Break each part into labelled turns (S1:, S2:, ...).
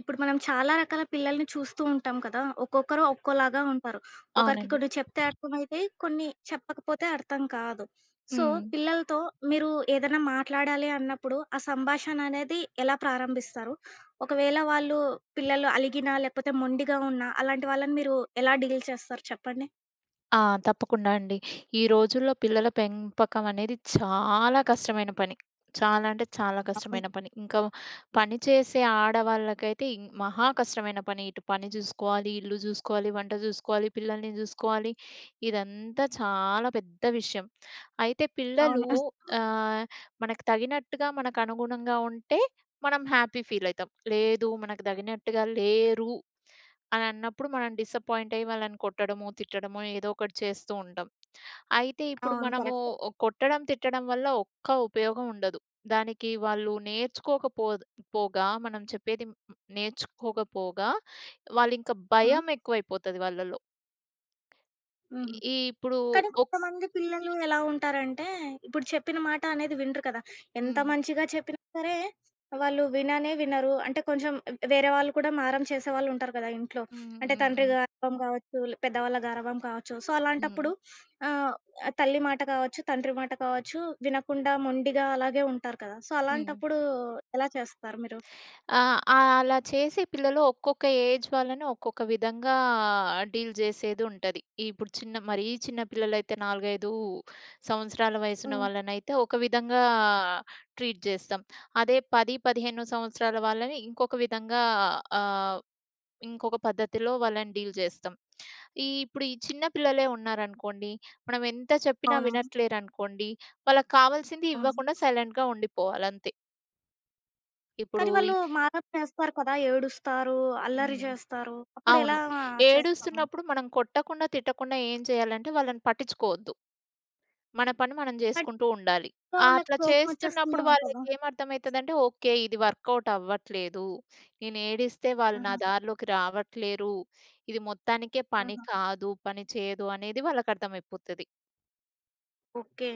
S1: ఇప్పుడు మనం చాలా రకాల పిల్లల్ని చూస్తూ ఉంటాం కదా! ఒక్కొక్కరు ఒక్కోలాగా ఉంటారు. ఒకరికి
S2: అవునండి.
S1: కొన్ని చెప్తే అర్థమైతాయి. కొన్ని చెప్పకపోతే అర్థం కాదు. సో,
S2: హ్మ్.
S1: పిల్లలతో మీరు ఏదైనా మాట్లాడాలి అన్నప్పుడు ఆ సంభాషణ అనేది ఎలా ప్రారంభిస్తారు? ఒకవేళ వాళ్ళు పిల్లలు అలిగినా, లేకపోతే మొండిగా ఉన్నా అలాంటి వాళ్ళని మీరు ఎలా డీల్ చేస్తారు చెప్పండి?
S2: ఆ! తప్పకుండా అండి. ఈ రోజుల్లో పిల్లల పెంపకం అనేది చాలా కష్టమైన పని. చాలా అంటే చాలా కష్టమైన పని. ఇంకా పని చేసే ఆడవాళ్ళకైతే మహా కష్టమైన పని. ఇటు పని జూసుకోవాలి, ఇల్లు జూసుకోవాలి, వంట జూసుకోవాలి, పిల్లల్ని జూసుకోవాలి. ఇదంతా చాలా పెద్ద విషయం. అయితే
S1: అవును.
S2: పిల్లలు ఆహ్, మనకు తగినట్టుగా మనకు అనుగుణంగా ఉంటే మనం హ్యాపీ ఫీల్ అయితాం. లేదు మనకు తగినట్టుగా లేరు అని అన్నప్పుడు మనం డిసప్పాయింట్ అయ్యి వాళ్ళని కొట్టడమో, తిట్టడమో ఏదో ఒకటి చేస్తూ ఉంటాం. అయితే ఇప్పుడు
S1: అవును.
S2: మనము
S1: కరెక్ట్.
S2: కొట్టడం, తిట్టడం వల్ల ఒక్క ఉపయోగం ఉండదు. దానికి వాళ్ళు నేర్చుకోకపో పోగా మనం చెప్పేది మ్- నేర్చుకోకపోగా వాళ్ళింకా
S1: ఆ!
S2: భయం ఎక్కువైపోతది వాళ్ళలో.
S1: హ్మ్.
S2: ఈ ఇప్పుడు
S1: కానీ
S2: ఒక్
S1: కొంతమంది పిల్లలు ఎలా ఉంటారంటే, ఇప్పుడు చెప్పిన మాట అనేది వినరు కదా! ఎంత
S2: హ్మ్.
S1: మంచిగా చెప్పినా సరే, వాళ్ళు విననే వినరు. అంటే కొంచెం వేరే వాళ్ళు కూడా మారం చేసేవాళ్ళు ఉంటారు కదా ఇంట్లో.
S2: హ్మ్.
S1: అంటే
S2: హ్మ్.
S1: తండ్రి
S2: హ్మ్.
S1: గారాబం కావచ్చు, పెద్దవాళ్ళ గారాబం కావచ్చు. సో,
S2: హ్మ్.
S1: అలాంటప్పుడు ఆహ్, తల్లి మాట కావచ్చు, తండ్రి మాట కావచ్చు, వినకుండా మొండిగా అలాగే ఉంటారు కదా! సో,
S2: హ్మ్.
S1: అలాంటప్పుడు ఎలా చేస్తారు మీరు?
S2: ఆ! ఆ! అలా చేసి పిల్లలు ఒక్కొక్క ఏజ్ వాళ్ళని ఒక్కొక్క విధంగా డీల్ చేసేదుంటది. ఇప్పుడు చిన్న మరీ చిన్న పిల్లలైతే 4, 5 సంవత్సరాల వయసున్న
S1: హ్మ్.
S2: వాళ్ళనైతే ఒక విధంగా ట్రీట్ చేస్తాం. అదే 10, 15 సంవత్సరాల వాళ్ళని ఇంకొక విధంగా ఆహ్, ఇంకొక పద్ధతిలో వాళ్ళని డీల్ చేస్తాం. ఈ చిన్న పిల్లలే ఉన్నారనుకోండి, మనం ఎంత చెప్పినా
S1: అవునవును.
S2: వినట్లేరనుకోండి, వాళ్ళకి కావాల్సింది
S1: అవును.
S2: ఇవ్వకుండా సైలెంట్‌గా ఉండిపోవాలంతే. ఇప్పుడు
S1: కానీ
S2: ఈ
S1: వాళ్ళు మారం చేస్తారు కదా! ఏడుస్తారు, అల్లరి
S2: హ్మ్.
S1: చేస్తారు. అప్పుడెలా
S2: అవును.
S1: చేస్తాము?
S2: ఏడుస్తున్నప్పుడు మనం కొట్టకుండా, తిట్టకుండా ఏం చేయాలంటే వాళ్ళని పట్టించుకోవద్దు. మన పని మనం జేసుకుంటూ ఉండాలి.
S1: సో, వాళ్ళకి
S2: అట్లా చేస్తున్నప్పుడు
S1: కోపమొచ్చేస్తుందేమో కదా!
S2: వాళ్ళకేమర్థమైతదంటే, ఓకే. ఇది వర్కౌట్ అవ్వట్లేదు. నేను ఏడిస్తే వాళ్ళు నా
S1: ఆహా!
S2: దారిలోకి రావట్లేరు. ఇది మొత్తానికే పని
S1: ఆహా!
S2: కాదు, పని చేయదు అనేది వాళ్ళకర్థమైపోతది.
S1: ఓకే.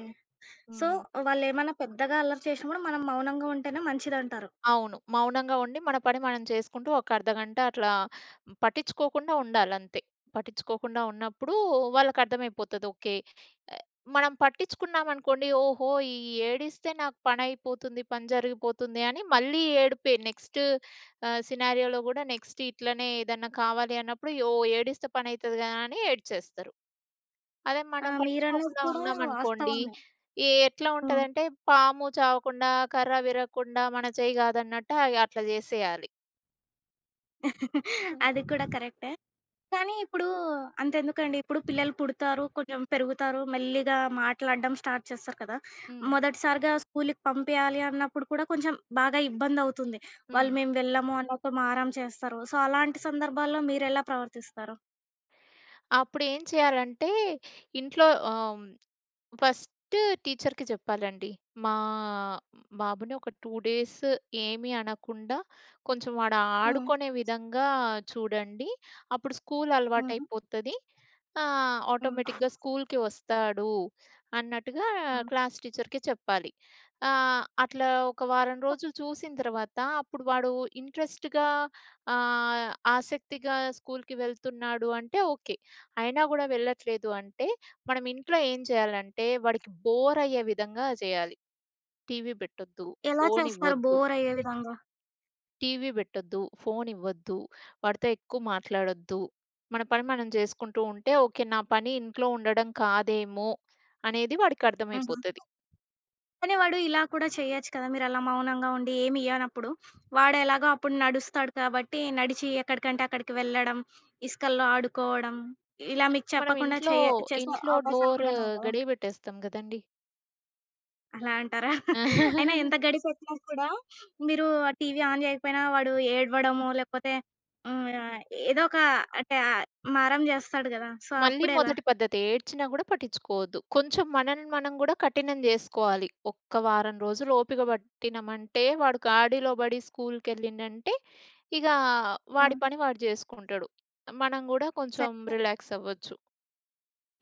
S1: సో,
S2: హ్మ్.
S1: వాళ్ళేమన్నా పెద్దగా అల్లరి చేషినా గూడా మనం మౌనంగా ఉంటేనే మంచిదంటారు.
S2: అవును. మౌనంగా ఉండి మన పని మనం చేసుకుంటూ ఒక అర్ధగంట అట్లా పట్టించుకోకుండా ఉండాలంతే. పట్టించుకోకుండా ఉన్నప్పుడు వాళ్ళకర్థమైపోతది. ఓకే. ఆహ్, మనం పట్టించుకున్నామనుకోండి, ఓహో! ఏడిస్తే నాకు పనైపోతుంది, పని జరిగిపోతుంది అని మళ్ళీ ఏడుపే నెక్స్ట్ సినారియోలో గూడా నెక్స్ట్ ఇట్లనే ఏదన్నా కావాలి అన్నప్పుడు, ఏడిస్తే పనైతది గదా! అని ఏడ్చేస్తారు. అదే
S1: ఆ!
S2: మనం
S1: మీరన్నది
S2: పట్టించుకోకుండా
S1: కూడా
S2: ఉన్నామనుకోండి,
S1: వాస్తవమే.
S2: ఎట్లా
S1: హ్మ్.
S2: ఉంటదంటే పాము చావకుండా, కర్ర విరగకుండా మన చెయ్యి కాదన్నట్టు అయి అట్లా జేసేయాలి.
S1: అది
S2: హ్మ్.
S1: కూడా కరెక్టే. కానీ ఇప్పుడు అంతెందుకండి, ఇప్పుడు పిల్లలు పుడతారు, కొంచెం పెరుగుతారు, మెల్లిగా మాట్లాడడం స్టార్ట్ చేస్తారు కదా!
S2: హ్మ్.
S1: మొదటిసారిగా స్కూలుకి పంపియాలి అన్నప్పుడు కూడా కొంచెం బాగా ఇబ్బందవుతుంది.
S2: హ్మ్.
S1: వాళ్ళు మేము వెళ్ళము అన్నట్టు మారం చేస్తారు. సో, అలాంటి సందర్భాల్లో మీరెలా ప్రవర్తిస్తారు?
S2: అప్పుడేం చేయాలంటే ఇంట్లో ఫస్ట్ టీచర్‌కి చెప్పాలండి. మా బాబుని ఒక 2 డేస్ ఏమీ అనకుండా కొంచెం వాడు
S1: హ్మ్.
S2: ఆడుకునే విధంగా చూడండి. అప్పుడు స్కూల్
S1: హ్మ్.
S2: అలవాటయిపోతది. ఆ!
S1: హ్మ్.
S2: ఆటోమేటిక్‌గా స్కూల్‌కి వస్తాడు అన్నట్టుగా
S1: హ్మ్.
S2: క్లాస్ టీచర్‌కి చెప్పాలి. అట్లా ఒక వారం రోజులు చూసిన తర్వాత అప్పుడు వాడు ఇంట్రెస్ట్‌గా ఆహ్, ఆసక్తిగా స్కూల్‌కి వెళ్తున్నాడు అంటే ఓకే. అయినా గూడా వెళ్ళట్లేదు అంటే మనం ఇంట్లో ఏం చేయాలంటే వాడికి బోర్ అయ్యే విధంగా చేయాలి. టీవీ పెట్టొద్దు,
S1: ఎలా
S2: ఫోన్
S1: చేస్తారు
S2: ఇవ్వొద్దు.
S1: బోరయ్యే విధంగా?
S2: టీవీ పెట్టొద్దు. ఫోను ఇవ్వొద్దు. వాడితో ఎక్కువ మాట్లాడొద్దు. మన పని మనం చేసుకుంటూ ఉంటే ఓకే. నా పని ఇంట్లో ఉండడం కాదేమో అనేది వాడికి
S1: హుహు.
S2: అర్థమైపోతది.
S1: కానీ వాడు ఇలా కూడా చేయొచ్చు కదా! మీరలా మౌనంగా ఉండి ఏమి ఇయ్యనప్పుడు, వాడు ఎలాగో అప్పుడు నడుస్తాడు కాబట్టి, నడిచి ఎక్కడికంటే అక్కడికి వెళ్ళడం, ఇసుకల్లో ఆడుకోవడం, ఇలా మీకు
S2: మనం
S1: చెప్పకుండా
S2: ఇంట్లో,
S1: చేసే
S2: ఇంట్లో
S1: అవకాశాలు
S2: డోర్
S1: కూడా ఉన్నాయి కదా!
S2: గడియ పెట్టేస్తాం గదండీ!
S1: అలా అంటారా? అయినా ఎంత గడిపెట్టినా కూడా మీరు ఆ టీవీ ఆన్ చేయకపోయినా వాడు ఏడవడమో, లేకపోతే హ్మ్. ఆహ్, ఏదో ఒక అంటే మారం జేస్తాడు గదా! సో,
S2: మళ్ళీ
S1: అప్పుడెలా?
S2: మొదటి పద్ధతి ఏడ్చినా గూడా పట్టించుకోవద్దు. కొంచెం మనల్ని మనం గూడా కఠినం జేసుకోవాలి. ఒక్క వారం రోజులు ఓపిక పట్టినమంటే వాడు గాడిలో బడి స్కూలుకెళ్ళిండంటే ఇగా
S1: హ్మ్.
S2: వాడి పని వాడు జేసుకుంటాడు. మనం గూడా కొంచెం
S1: సరే.
S2: రిలాక్స్ అవ్వచ్చు.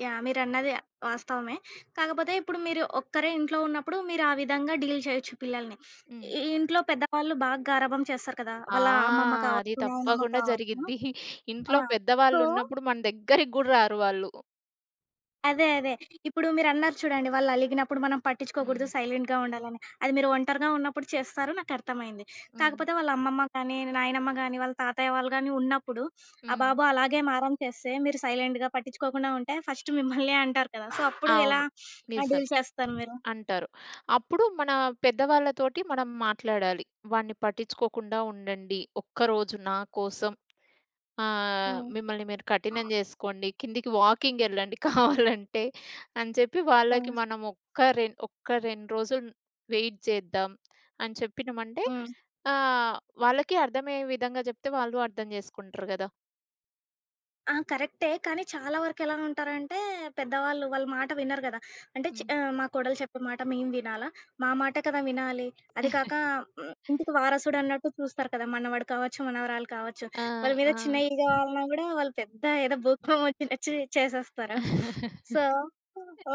S1: యాహ్! మీరన్నది వాస్తవమే. కాకపోతే ఇప్పుడు మీరు ఒక్కరే ఇంట్లో ఉన్నప్పుడు మీరు ఆ విధంగా డీల్ చేయొచ్చు పిల్లల్ని.
S2: హ్మ్.
S1: ఈ ఇంట్లో పెద్దవాళ్ళు బాగా గారాబం చేస్తారు కదా!
S2: ఆ!
S1: వాళ్ళ అమ్మమ్మ
S2: అది
S1: కావచ్చు, నాయనమ్మ
S2: తప్పకుండా
S1: కావచ్చు.
S2: జరిగిద్ది.
S1: ఆ!
S2: ఇంట్లో
S1: సో
S2: పెద్దవాళ్ళున్నప్పుడు మన దగ్గరికి గూడా రారు వాళ్ళు.
S1: అదే. అదే. ఇప్పుడు మీరన్నారు చూడండి వాళ్ళలిగినప్పుడు మనం పట్టించుకోకూడదు,
S2: హ్మ్.
S1: సైలెంట్‌గా ఉండాలని. అది మీరు ఒంటరిగా ఉన్నప్పుడు చేస్తారు నాకర్థమైంది.
S2: హ్మ్.
S1: కాకపోతే వాళ్ళ అమ్మమ్మ గానీ, నాయనమ్మ గానీ, వాళ్ళ తాతయ్య వాళ్ళు గానీ ఉన్నప్పుడు, ఆ
S2: హ్మ్.
S1: బాబు అలాగే మారం చేస్తే, మీరు సైలెంట్‌గా పట్టించుకోకుండా ఉంటే ఫస్ట్ మిమ్మల్నే అంటారు కదా! సో, అప్పుడు ఎలా
S2: అవును. నిజం.
S1: డీల్ చేస్తారు మీరు?
S2: అంటారు. అప్పుడు మన పెద్దవాళ్ళతోటి మనం మాట్లాడాలి. "వాడిని పట్టించుకోకుండా ఉండండి. ఒక్కరోజు నా కోసం." ఆ!
S1: హ్మ్.
S2: మిమ్మల్ని మీరు కఠినం జేసుకోండి. కిందికి వాకింగెళ్ళండి కావాలంటే అని చెప్పి
S1: హ్మ్.
S2: వాళ్ళకి మనం ఒక్క 2 రోజులు వెయిట్ చేద్దాం అని చెప్పినమంటే
S1: హ్మ్.
S2: ఆహ్, వాళ్ళకి అర్థమయ్యే విధంగా జెప్తే వాళ్ళు అర్థం జేసుకుంటారు గదా!
S1: ఆ! కరెక్టే. కానీ చాలా వరకెలా ఉంటారంటే, పెద్దవాళ్ళు వాళ్ళ మాట వినరు గదా! అంటే
S2: హ్మ్.
S1: మా కోడలు చెప్పే మాట మేము వినాలా? మా మాటే కదా వినాలి. అది కాక హ్మ్, ఇంటికి వారసుడన్నట్టు చూస్తారు కదా! మనవడు కావచ్చు, మనవరాలు కావచ్చు.
S2: ఆ!
S1: వాళ్ళ మీద
S2: ఆ!
S1: చిన్న ఈగ వాలినా గూడా వాళ్ళు పెద్ద ఏదో భూకంపం వచ్చినచ్చి చేసేస్తారు. సో,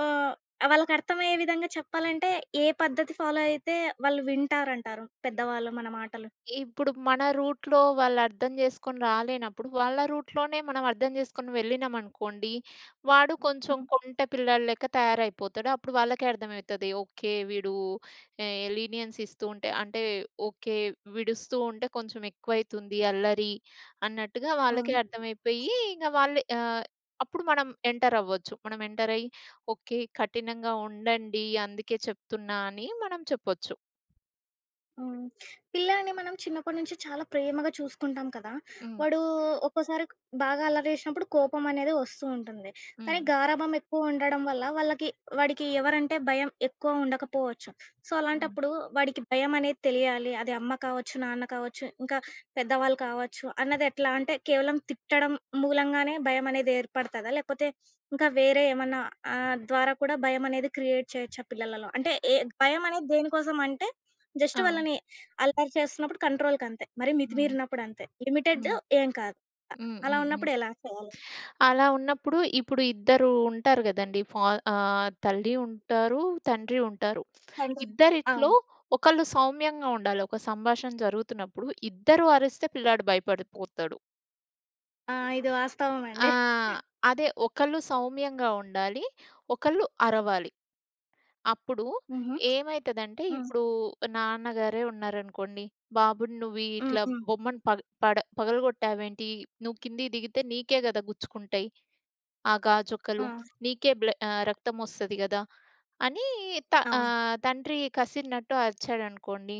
S1: ఆహ్, వాళ్ళకర్థమయ్యే విధంగా చెప్పాలంటే, ఏ పద్ధతి ఫాలో అయితే వాళ్ళు వింటారంటారు పెద్దవాళ్ళు మన మాటలు?
S2: ఇప్పుడు మన రూట్‌లో వాళ్ళు అర్థం చేసుకొని రాలేనప్పుడు, వాళ్ళ రూట్‌లోనే మనం అర్థం చేసుకొని వెళ్ళినామనుకోండి, వాడు కొంచెం
S1: హ్మ్.
S2: కొంటె పిల్లాడి లెక్క తయారైపోతాడు. అప్పుడు వాళ్ళకే అర్థమైతది. ఓకే. వీడు లీనియన్స్ ఇస్తూ ఉంటే అంటే ఓకే. విడుస్తూ ఉంటే కొంచెం ఎక్కువైతుంది అల్లరి అన్నట్టుగా
S1: హ్మ్.
S2: వాళ్ళకే అర్థమైపోయి ఇంక వాళ్ళే అప్పుడు మనం ఎంటర్ అవ్వచ్చు. మనం ఎంటర్ అయ్యి ఓకే. కఠినంగా ఉండండి. అందుకే చెప్తున్నా అని మనం చెప్పొచ్చు.
S1: హ్మ్. పిల్లాడిని మనం చిన్నప్పటి నుంచి చాలా ప్రేమగా చూసుకుంటాం కదా!
S2: హ్మ్.
S1: వాడు ఒక్కోసారి బాగా అల్లరి చేసినప్పుడు కోపం అనేది వస్తూ ఉంటుంది. కానీ
S2: హ్మ్.
S1: గారాబం ఎక్కువ ఉండడం వల్ల వాళ్ళకి వాడికి ఎవరంటే భయం ఎక్కువ ఉండకపోవచ్చు. సో,
S2: హ్మ్.
S1: అలాంటప్పుడు వాడికి భయం అనేది తెలియాలి. అది అమ్మ కావచ్చు, నాన్న కావచ్చు, ఇంకా పెద్దవాళ్ళు కావచ్చు అన్నది ఎట్లా అంటే కేవలం తిట్టడం మూలంగానే భయం అనేది ఏర్పడతదా? లేకపోతే ఇంకా వేరే ఏమన్నా ద్వారా కూడా భయం అనేది క్రియేట్ చేయొచ్చా పిల్లలలో? అంటే ఏ భయం అనేది దేనికోసం అంటే జస్ట్
S2: ఆ!
S1: వాళ్ళని అల్లరి చేస్తున్నప్పుడు కంట్రోల్‌కంతే. మరి
S2: హ్మ్.
S1: మితిమీరినప్పుడు అంతే. లిమిటెడ్
S2: హ్మ్.
S1: ఏం కాదు.
S2: హ్మ్.
S1: అలా
S2: హ్మ్. హ్మ్.
S1: ఉన్నప్పుడు ఎలా చేయాలి?
S2: అలా ఉన్నప్పుడు ఇప్పుడు ఇద్దరు ఉంటారు గదండీ! తల్లి ఉంటారు, తండ్రి ఉంటారు.
S1: కంట్రోల్.
S2: ఇద్దరిట్లో
S1: అవును.
S2: ఒకళ్ళు సౌమ్యంగా ఉండాలి. ఒక సంభాషణ జరుగుతున్నప్పుడు ఇద్దరు అరిస్తే పిల్లాడు భయపడిపోతాడు.
S1: ఆ! ఇది
S2: ఆ!
S1: వాస్తవమండి.
S2: అదే ఒకళ్ళు సౌమ్యంగా ఉండాలి. ఒకళ్ళు అరవాలి. అప్పుడు
S1: హుహు.
S2: ఏమైతదంటే
S1: హ్మ్.
S2: ఇప్పుడు నాన్నగారే ఉన్నారనుకోండి. "బాబుని నువ్వు
S1: హ్మ్.
S2: ఇట్లా
S1: హ్మ్.
S2: బొమ్మను పగ పడ పగలగొట్టావేంటి? నువ్వు కిందకి దిగితే నీకే గదా! గుచ్చుకుంటాయి." ఆ
S1: ఆ!
S2: గాజొక్కలు నీకే రక్తమొస్తది గదా!" అని
S1: అవును.
S2: తండ్రి కసిరినట్టు అరిచాడనుకోండి.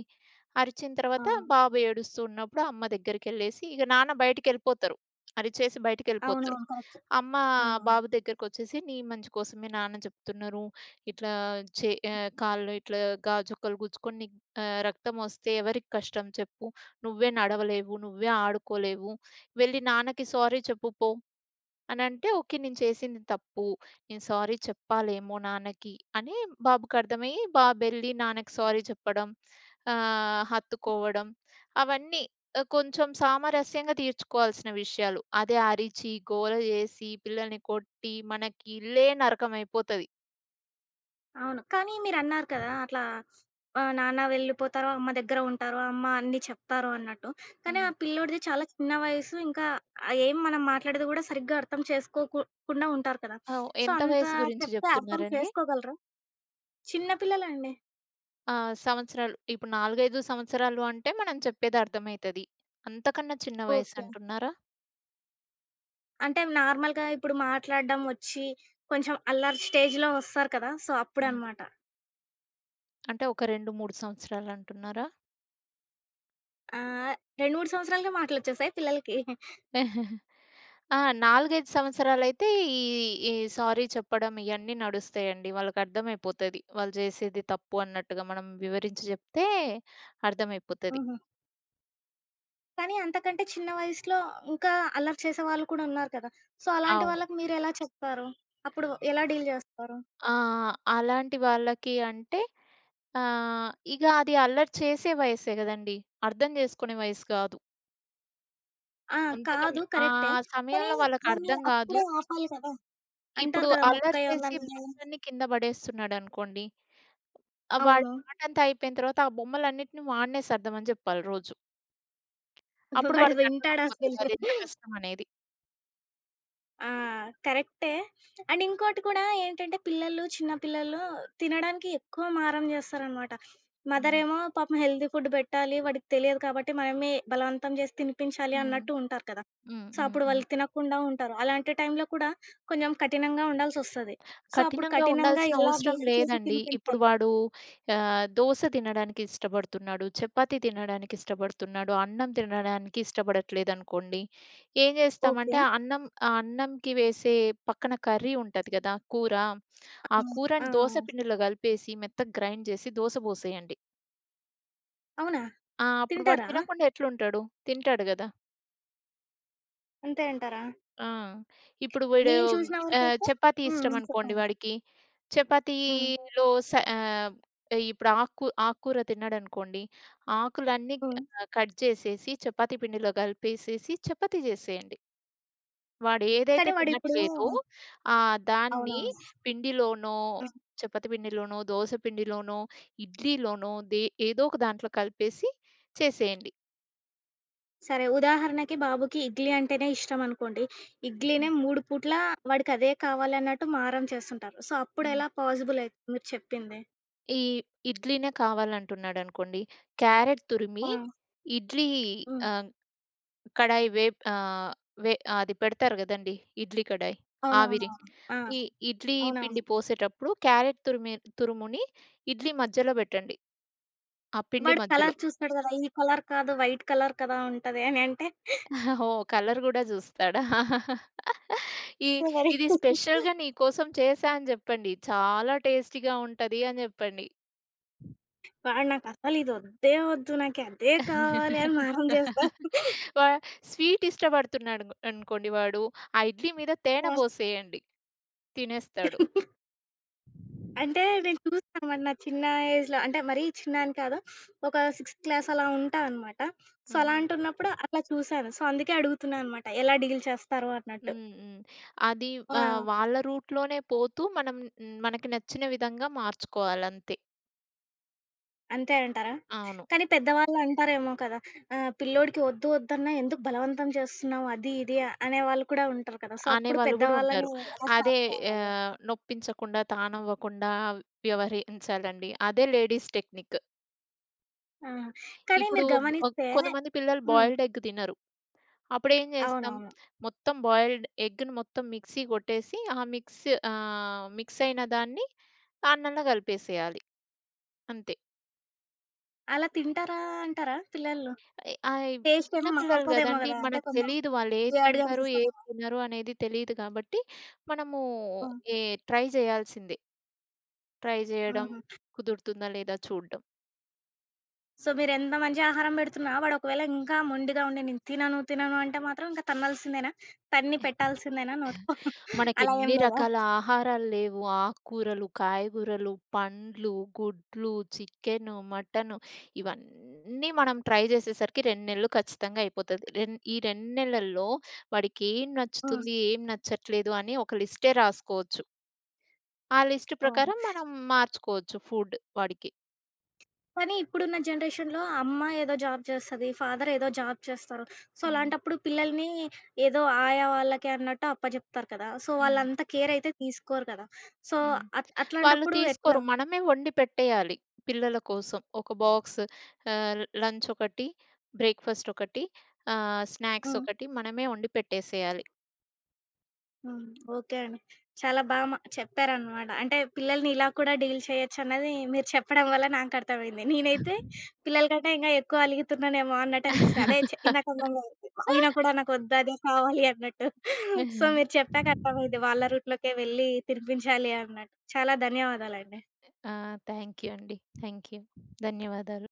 S2: అరిచిన తర్వాత
S1: అవును.
S2: బాబు ఏడుస్తూ ఉన్నప్పుడు అమ్మ దగ్గరికెళ్ళేసి ఇక నాన్న బయటికెళ్ళిపోతారు. అరిచేసి బయటికెళ్ళిపోతారు.
S1: అవునవును. కరెక్ట్.
S2: అమ్మ
S1: హ్మ్.
S2: బాబు దగ్గరకొచ్చేసి, "నీ మంచి కోసమే నాన్న చెప్తున్నారు. ఇట్లా కాళ్ళు ఇట్లా గాజొక్కలు గుచ్చుకొని నీకు రక్తమొస్తే ఎవరికి కష్టం చెప్పు. నువ్వే నడవలేవు, నువ్వే ఆడుకోలేవు. వెళ్లి నాన్నకి సారీ చెప్పు పో." అనంటే, ఓకే. నేను చేసింది తప్పు. నేను సారీ చెప్పాలేమో నాన్నకి అని బాబుకర్థమయ్యి, బాబెళ్లి నాన్నకి సారీ చెప్పడం, హత్తుకోవడం అవన్నీ కొంచెం సామరస్యంగా తీర్చుకోవాల్సిన విషయాలు. అదే అరిచి, గోల జేసి, పిల్లల్ని కొట్టి మనకి ఇల్లే నరకమైపోతది.
S1: అవును. కానీ మీరన్నారు కదా! అట్లా నాన్న వెళ్ళిపోతారు, అమ్మ దగ్గర ఉంటారు, అమ్మ అన్నీ చెప్తారు అన్నట్టు. కానీ
S2: హ్మ్.
S1: ఆ పిల్లోడిది చాలా చిన్న వయసు. ఇంకా ఏం మనం మాట్లాడేది కూడా సరిగ్గా అర్థం చేసుకోకు కుండా ఉంటారు కదా!
S2: ఆ!
S1: సో,
S2: ఎంత
S1: అంత
S2: వయసు గురించి
S1: చెప్తే అర్థం
S2: జెప్తున్నారండి?
S1: చేసుకోగలరా? చిన్న పిల్లలండి.
S2: ఆహ్, సంవత్సరాలు ఇప్పుడు 4, 5 సంవత్సరాలు అంటే మనం చెప్పేది అర్థమైతది. అంతకన్నా చిన్న
S1: ఓకే.
S2: వయసంటున్నారా?
S1: అంటే నార్మల్‌గా ఇప్పుడు మాట్లాడడం వచ్చి, కొంచెం అల్లరి స్టేజ్‌లో వస్తారు కదా! సో,
S2: హ్మ్.
S1: అప్పుడనమాట.
S2: అంటే ఒక 2, 3 సంవత్సరాలంటున్నారా?
S1: ఆహ్, 2, 3 సంవత్సరాలకే మాటలొచ్చేసాయి పిల్లలకి.
S2: ఆ! 4, 5 సంవత్సరాలైతే ఈ, ఈ సారీ చెప్పడం ఇయన్నీ నడుస్తాయండి. వాళ్ళకర్థమైపోతది. వాళ్ళు చేసేది తప్పు అన్నట్టుగా మనం వివరించి చెప్తే అర్థమైపోతది.
S1: హుహు. కానీ అంతకంటే చిన్న వయసులో ఇంకా అల్లరి చేసేవాళ్ళు కూడా ఉన్నారు కదా! సో, అలాంటి
S2: అవును.
S1: వాళ్ళకి మీరెలా చెప్తారు? అప్పుడు ఎలా డీల్ జేస్తారు?
S2: ఆ! అలాంటి వాళ్ళకి అంటే ఇక అది అల్లరి చేసే వయస్సే గదండీ! అర్థం చేసుకునే వయస్సు కాదు.
S1: ఆ! కాదు
S2: అంతకన్నా ఆ
S1: కరెక్టే. కానీ
S2: సమయంలో
S1: వాళ్ళు
S2: వాళ్ళకర్థం గాదు.
S1: అప్పుడే ఆపాలి కదా!
S2: ఇప్పుడు
S1: అంటారు కదా!
S2: అల్లరి
S1: మొక్కై
S2: చేసి
S1: ఉందని.
S2: బుట్టలన్నీ కింద పడేస్తున్నాడనుకోండి. ఆ! వాడి
S1: అవును.
S2: ఆటంతా అయిపోయిన తర్వాత ఆ బొమ్మలన్నిటిని వాడినే సర్దమని జెప్పాలి రోజు. అప్పుడు
S1: వాడు వింటాడా
S2: వాడికర్థమైపోతది
S1: అసలు?
S2: అదెంత కష్టమనేది.
S1: ఆ! కరెక్టే. అండ్ ఇంకోటి కూడా ఏంటంటే పిల్లలు, చిన్న పిల్లలు తినడానికి ఎక్కువ మారం చేస్తారనమాట.
S2: హ్మ్.
S1: మదరేమో పాపం హెల్తీ ఫుడ్ పెట్టాలి, వాడికి తెలియదు కాబట్టి మనమే బలవంతం చేసి తినిపించాలి
S2: హ్మ్.
S1: అన్నట్టు ఉంటారు కదా!
S2: హ్మ్.
S1: సో,
S2: హ్మ్.
S1: అప్పుడు
S2: హ్మ్.
S1: వాళ్ళు తినకుండా ఉంటారు. అలాంటి టైంలో కూడా కొంచెం కఠినంగా ఉండాల్సొస్తది. సో, అప్పుడు
S2: కఠినంగా
S1: కఠినంగా
S2: ఉండాల్సిన
S1: ఎలా
S2: అవసరం
S1: బిహేవ్ చేసి
S2: లేదండి. ఇప్పుడు
S1: తినిపించాలి?
S2: వాడు దోస తినడానికి ఇష్టపడుతున్నాడు, చపాతీ తినడానికి ఇష్టపడుతున్నాడు, అన్నం తినడానికి ఇష్టపడట్లేదనుకోండి. ఏం
S1: ఓకే.
S2: జేస్తామంటే అన్నంకి వేసే పక్కన కర్రీ ఉంటది గదా! కూర. ఆ
S1: ఆ! ఆ!
S2: కూరని దోస పిండిలో గలిపేసి మెత్తగా గ్రైండ్ జేసి దోస బోసేయండి.
S1: అవునా?
S2: ఆ! అప్పుడు వాడు
S1: తింటారా?
S2: తినకుండా ఎట్లుంటాడు? తింటాడు గదా!
S1: అంతే అంటారా?
S2: ఆ! ఇప్పుడు వీడు
S1: నేను చూసిన వరకైతే
S2: చపాతీ
S1: హ్మ్.
S2: ఇష్టమనుకోండి
S1: చెప్పండి.
S2: వాడికి,
S1: హ్మ్.
S2: చపాతీలో స ఆహ్, ఇప్పుడు ఆకుకూర తిన్నాడనుకోండి, ఆకులన్నీ
S1: హ్మ్.
S2: కట్ చేసేసి చపాతీ పిండిలో కలిపేసేసి చపాతీ చేసేయండి. వాడు ఏదైతే
S1: కానీ వాడిప్పుడు
S2: తినట్లేదో ఆ దాన్ని
S1: అవునవును.
S2: పిండిలోనో,
S1: ఆ!
S2: చపాతీ పిండిలోనో, దోస పిండిలోనో, ఇడ్లీలోనో ఏదో ఒక దాంట్లో కలిపేసి చేసేయండి.
S1: సరే ఉదాహరణకి బాబుకి ఇడ్లీ అంటేనే ఇష్టం అనుకోండి. ఇడ్లీనే
S2: హ్మ్.
S1: 3 పూట్ల వాడికదే కావాలన్నట్టు మారం చేస్తుంటారు. సో,
S2: హ్మ్.
S1: అప్పుడెలా పాజిబుల్ అయిద్ది మీరు చెప్పింది?
S2: ఈ ఇడ్లీనే కావాలంటున్నాడనుకోండి, క్యారెట్ తురిమి
S1: ఆ!
S2: ఇడ్లీ
S1: హ్మ్.
S2: ఆహ్, కడాయి వే ఆహ్, వే అది పెడతారు గదండీ! ఇడ్లీ కడాయి, ఆవిరి.
S1: అవునవునవును. ఆ!
S2: ఈ ఇడ్లీ పిండి
S1: అవునవును.
S2: పోసేటప్పుడు క్యారెట్ తురిమి తురుముని ఇడ్లీ మధ్యలో బెట్టండి. ఆ పిండి
S1: వాడు
S2: మధ్యలో.
S1: కలర్ చూస్తాడు గదా! ఈ కలర్ కాదు వైట్ కలర్ కదా ఉంటది అని అంటే
S2: ఓహ్! కలర్ గూడా జూస్తాడా? ఈ
S1: మరి
S2: ఇది స్పెషల్‌గా నీకోసం చేశా అని జెప్పండి. చాలా టేస్టీగా ఉంటది అని జెప్పండి.
S1: వాడు నాకసలు ఇదొద్దే వద్దు. నాకదే కావాలి అని మారం చేస్తాడు.
S2: వా స్వీట్ ఇష్టపడుతున్నాడు అనుకోండి వాడు, ఆ ఇడ్లీ మీద తేనె
S1: ఆ!
S2: పోసేయండి. తినేస్తాడు.
S1: అంటే నేను చూసానమాట. నా చిన్న ఏజ్‌లో అంటే మరీ చిన్న అని కాదు. ఒక సిక్స్త్ క్లాస్ అలా ఉంటా అనమాట. సో,
S2: హ్మ్.
S1: అలాంటున్నప్పుడు అట్లా చూసాను. సో, అందుకే అడుగుతున్నా అనమాట. ఎలా డీల్ చేస్తారు అన్నట్టు.
S2: హ్మ్. హ్మ్. అది
S1: ఆ!
S2: వాళ్ళ రూట్‌లోనే పోతూ మనం మనకి నచ్చిన విధంగా మార్చుకోవాలంతే.
S1: అంతే అంటారా?
S2: అవును.
S1: కానీ పెద్దవాళ్ళు అంటారేమో కదా! పిల్లోడికి వద్దు వద్దన్నా ఎందుకు బలవంతం చేస్తున్నావు అది ఇది అనేవాళ్ళు కూడా ఉంటారు కదా! సో, అప్పుడు
S2: అనేవాళ్ళు గూడా
S1: పెద్దవాళ్ళని
S2: ఉంటారు.
S1: ఎలా
S2: అదే
S1: స్టాప్ చేయాలి?
S2: నొప్పించకుండా, తానవ్వకుండా వ్యవహరించాలండి. అదే లేడీస్ టెక్నిక్.
S1: ఆ! కానీ
S2: ఇప్పుడు
S1: మీరు గమనిస్తే
S2: కొంతమంది పిల్లలు
S1: హ్మ్.
S2: బాయిల్డ్ ఎగ్ తినరు. అప్పుడేం జేస్తాం,
S1: అవునవును.
S2: మొత్తం బాయిల్డ్ ఎగ్‌ని మొత్తం మిక్సీ గొట్టేసి, ఆ మిక్స్ అయిన దాన్ని అన్నంలో కలిపేసేయాలి. అంతే.
S1: అలా తింటారా అంటారా పిల్లలు?
S2: ఎ ఆయి
S1: టేస్ట్
S2: చిన్న
S1: ఏమో
S2: పిల్లలు
S1: మారుతదేమో
S2: గదండీ!
S1: గదా! అంటే
S2: మనకు
S1: కొంచెం
S2: తెలీదు వాళ్ళేది
S1: వేడిగా
S2: తింటారు,
S1: అనిపిస్తది
S2: ఏది
S1: కదా!
S2: తినరు అనేది తెలీదు గాబట్టి, మనము
S1: ఆ!
S2: ఏ ట్రై జేయాల్సిందే. ట్రై జేయడం,
S1: హుహు.
S2: కుదురుతుందా లేదా చూడడం.
S1: సో, మీరెంత మంచి ఆహారం బెడుతున్నా వాడు ఒకవేళ ఇంకా మొండిగా ఉండి నేను తినను, తినను అంటే మాత్రం ఇంక తన్నాల్సిందేనా? తన్ని పెట్టాల్సిందేనా నోట్లో? అలా ఏం
S2: మనకెన్ని
S1: లేదా?
S2: రకాల ఆహారాలు లేవు. ఆకుకూరలు, కాయగూరలు, పండ్లు, గుడ్లు, చికెను, మటను ఇవన్నీ మనం ట్రై జేసేసరికి 2 నెలలు ఖచ్చితంగా అయిపోతది. ఈ 2 నెలల్లో వాడికేం
S1: హ్మ్.
S2: నచ్చుతుంది, ఏం నచ్చట్లేదు అని ఒక లిస్టే రాసుకోవచ్చు. ఆ లిస్ట్
S1: ఓహో!
S2: ప్రకారం మనం మార్చుకోవచ్చు ఫుడ్ వాడికి.
S1: కానీ ఇప్పుడున్న జనరేషన్‌లో అమ్మ ఏదో జాబ్ చేస్తది. ఫాదర్ ఏదో జాబ్ చేస్తారు. సో,
S2: హ్మ్.
S1: అలాంటప్పుడు పిల్లల్ని ఏదో ఆయా వాళ్ళకి అన్నట్టు అప్పజెప్తారు కదా! సో,
S2: హ్మ్.
S1: వాళ్ళంత కేర్ అయితే తీసుకోరు కదా! సో,
S2: హ్మ్. వాళ్ళు
S1: అట్లాంటప్పుడు ఎట్లా?
S2: తీసుకోరు. మనమే వండి పెట్టేయాలి పిల్లల కోసం. ఒక బాక్స్ లంచ్ ఒకటి, బ్రేక్‌ఫాస్ట్ ఒకటి, స్నాక్స్
S1: హ్మ్.
S2: ఒకటి మనమే వండి పెట్టేసేయాలి.
S1: హ్మ్. ఓకే అండి. చాలా బా మ చెప్పారనమాట. అంటే పిల్లల్ని ఇలా కూడా డీల్ చేయొచ్చన్నది మీరు చెప్పడం వల్ల నాకర్థమైంది. నేనైతే పిల్లల కంటే ఇంకా ఎక్కువ అలుగుతున్నానేమో అన్నట్టు అనిపిస్తుంది. అదే ఇందాక అర్థమైంది. అయినా కూడా నాకొద్దు అదే కావాలి అన్నట్టు. సో, మీరు చెప్పాక అర్థమైంది. వాళ్ళ రూట్‌లోకే వెళ్ళి తినిపించాలి అన్నట్టు. చాలా ధన్యవాదాలండి.
S2: ఆ! థాంక్ యూ అండి. Thank you. ధన్యవాదాలు.